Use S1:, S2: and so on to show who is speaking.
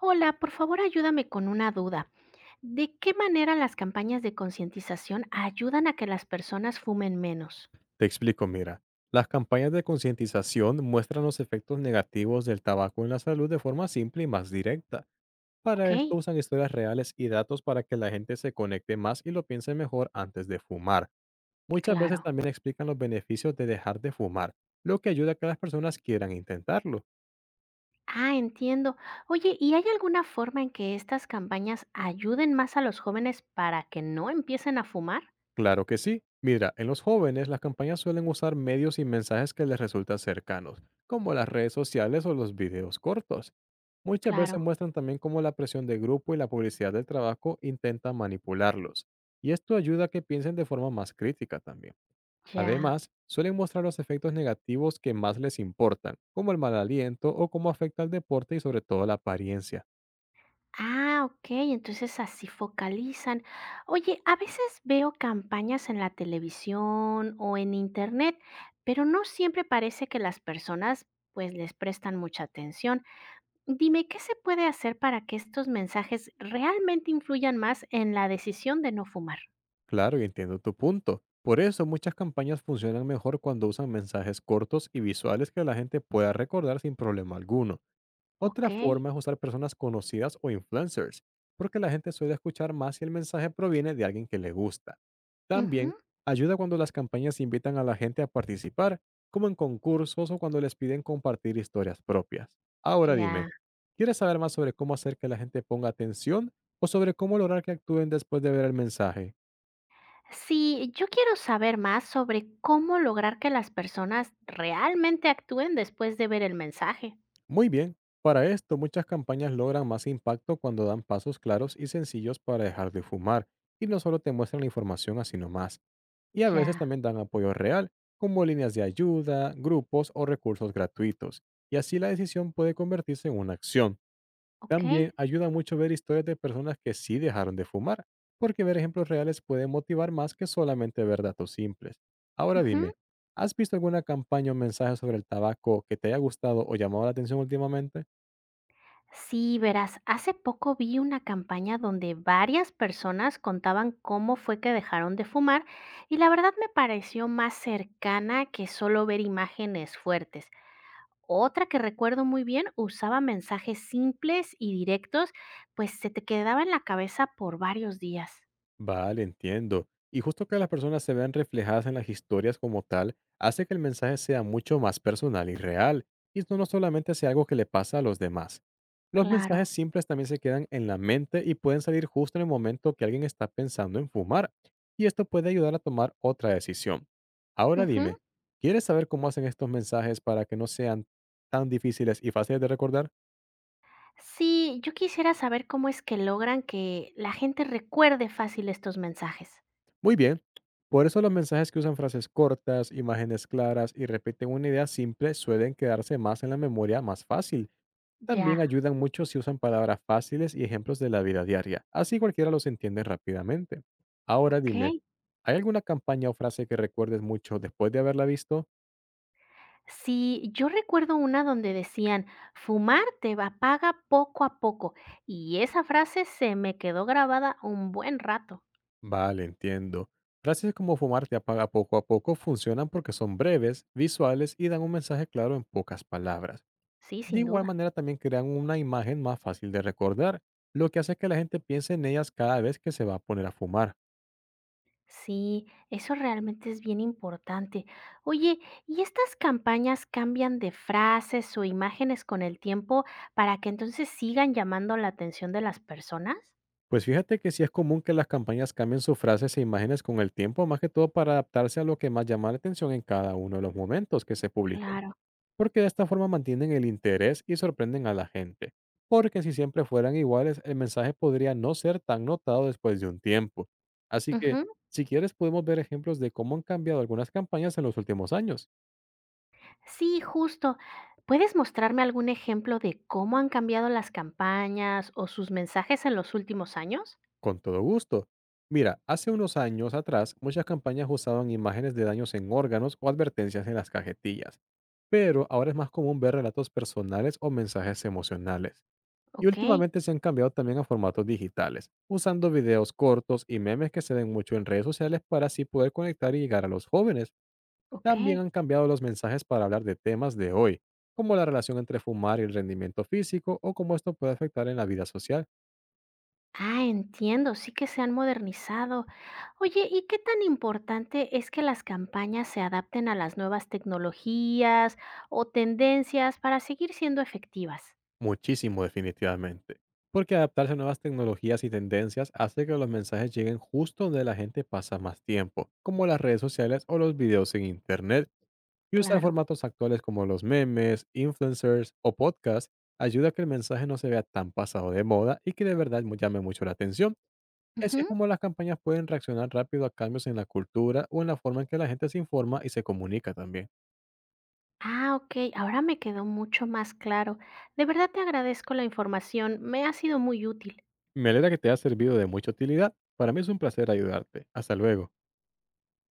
S1: Hola, por favor ayúdame con una duda. ¿De qué manera las campañas de concientización ayudan a que las personas fumen menos?
S2: Te explico, mira. Las campañas de concientización muestran los efectos negativos del tabaco en la salud de forma simple y más directa. Para
S1: Ok,
S2: esto usan historias reales y datos para que la gente se conecte más y lo piense mejor antes de fumar. Muchas veces
S1: claro.
S2: también explican los beneficios de dejar de fumar, lo que ayuda a que las personas quieran intentarlo.
S1: Ah, entiendo. Oye, ¿y hay alguna forma en que estas campañas ayuden más a los jóvenes para que no empiecen a fumar?
S2: Claro que sí. Mira, en los jóvenes las campañas suelen usar medios y mensajes que les resultan cercanos, como las redes sociales o los videos cortos. Muchas veces
S1: Claro,
S2: muestran también cómo la presión de grupo y la publicidad del trabajo intentan manipularlos, y esto ayuda a que piensen de forma más crítica también.
S1: ya.
S2: Además, suelen mostrar los efectos negativos que más les importan, como el mal aliento o cómo afecta al deporte y sobre todo la apariencia.
S1: Ah, ok, entonces así focalizan. Oye, a veces veo campañas en la televisión o en internet, pero no siempre parece que las personas pues les prestan mucha atención. Dime, ¿qué se puede hacer para que estos mensajes realmente influyan más en la decisión de no fumar?
S2: Claro, y entiendo tu punto. Por eso muchas campañas funcionan mejor cuando usan mensajes cortos y visuales que la gente pueda recordar sin problema alguno.
S1: Ok,
S2: Otra forma es usar personas conocidas o influencers, porque la gente suele escuchar más si el mensaje proviene de alguien que le gusta. También
S1: ujú,
S2: ayuda cuando las campañas invitan a la gente a participar, como en concursos o cuando les piden compartir historias propias. Ahora
S1: ya.
S2: dime, ¿quieres saber más sobre cómo hacer que la gente ponga atención o sobre cómo lograr que actúen después de ver el mensaje?
S1: Sí, yo quiero saber más sobre cómo lograr que las personas realmente actúen después de ver el mensaje.
S2: Muy bien. Para esto, muchas campañas logran más impacto cuando dan pasos claros y sencillos para dejar de fumar y no solo te muestran la información así nomás. Y a veces
S1: Ya,
S2: también dan apoyo real, como líneas de ayuda, grupos o recursos gratuitos. Y así la decisión puede convertirse en una acción.
S1: ok,
S2: También ayuda mucho ver historias de personas que sí dejaron de fumar, porque ver ejemplos reales puede motivar más que solamente ver datos simples. Ahora
S1: ujú.
S2: dime, ¿has visto alguna campaña o mensaje sobre el tabaco que te haya gustado o llamado la atención últimamente?
S1: Sí, verás, hace poco vi una campaña donde varias personas contaban cómo fue que dejaron de fumar y la verdad me pareció más cercana que solo ver imágenes fuertes. Otra que recuerdo muy bien usaba mensajes simples y directos, pues se te quedaba en la cabeza por varios días.
S2: Vale, entiendo. Y justo que las personas se vean reflejadas en las historias como tal, hace que el mensaje sea mucho más personal y real, y esto no solamente sea algo que le pasa a los demás. Los mensajes
S1: Claro.
S2: simples también se quedan en la mente y pueden salir justo en el momento que alguien está pensando en fumar, y esto puede ayudar a tomar otra decisión. Ahora
S1: Ujú.
S2: dime, ¿quieres saber cómo hacen estos mensajes para que no sean tan difíciles y fáciles de recordar?
S1: Sí, yo quisiera saber cómo es que logran que la gente recuerde fácil estos mensajes.
S2: Muy bien. Por eso los mensajes que usan frases cortas, imágenes claras y repiten una idea simple suelen quedarse más en la memoria más fácil. También
S1: Ya,
S2: ayudan mucho si usan palabras fáciles y ejemplos de la vida diaria. Así cualquiera los entiende rápidamente. Ahora dime,
S1: ok.
S2: ¿hay alguna campaña o frase que recuerdes mucho después de haberla visto?
S1: Sí, yo recuerdo una donde decían, apaga poco a poco, y esa frase se me quedó grabada un buen rato.
S2: Vale, entiendo. Frases como fumar te apaga poco a poco funcionan porque son breves, visuales y dan un mensaje claro en pocas palabras.
S1: Sí,
S2: De
S1: sin
S2: igual
S1: duda.
S2: manera también crean una imagen más fácil de recordar, lo que hace que la gente piense en ellas cada vez que se va a poner a fumar.
S1: Sí, eso realmente es bien importante. Oye, ¿y estas campañas cambian de frases o imágenes con el tiempo para que entonces sigan llamando la atención de las personas?
S2: Pues fíjate que sí es común que las campañas cambien sus frases e imágenes con el tiempo, más que todo para adaptarse a lo que más llama la atención en cada uno de los momentos que se publican,
S1: Claro.
S2: porque de esta forma mantienen el interés y sorprenden a la gente. Porque si siempre fueran iguales, el mensaje podría no ser tan notado después de un tiempo. Así que,
S1: Ujú.
S2: si quieres, podemos ver ejemplos de cómo han cambiado algunas campañas en los últimos años.
S1: Sí, justo. ¿Puedes mostrarme algún ejemplo de cómo han cambiado las campañas o sus mensajes en los últimos años?
S2: Con todo gusto. Mira, hace unos años atrás, muchas campañas usaban imágenes de daños en órganos o advertencias en las cajetillas, pero ahora es más común ver relatos personales o mensajes emocionales. Y
S1: Ok,
S2: últimamente se han cambiado también a formatos digitales, usando videos cortos y memes que se ven mucho en redes sociales para así poder conectar y llegar a los jóvenes.
S1: ok.
S2: También han cambiado los mensajes para hablar de temas de hoy, como la relación entre fumar y el rendimiento físico o cómo esto puede afectar en la vida social.
S1: Ah, entiendo, sí que se han modernizado. Oye, ¿y qué tan importante es que las campañas se adapten a las nuevas tecnologías o tendencias para seguir siendo efectivas?
S2: Muchísimo, definitivamente. Porque adaptarse a nuevas tecnologías y tendencias hace que los mensajes lleguen justo donde la gente pasa más tiempo, como las redes sociales o los videos en Internet. Y usar
S1: Claro.
S2: formatos actuales como los memes, influencers o podcasts ayuda a que el mensaje no se vea tan pasado de moda y que de verdad llame mucho la atención. Así es
S1: Ujú.
S2: como las campañas pueden reaccionar rápido a cambios en la cultura o en la forma en que la gente se informa y se comunica también.
S1: Ah, ok, ahora me quedó mucho más claro. De verdad te agradezco la información, me ha sido muy útil.
S2: Me alegra que te haya servido de mucha utilidad. Para mí es un placer ayudarte. Hasta luego.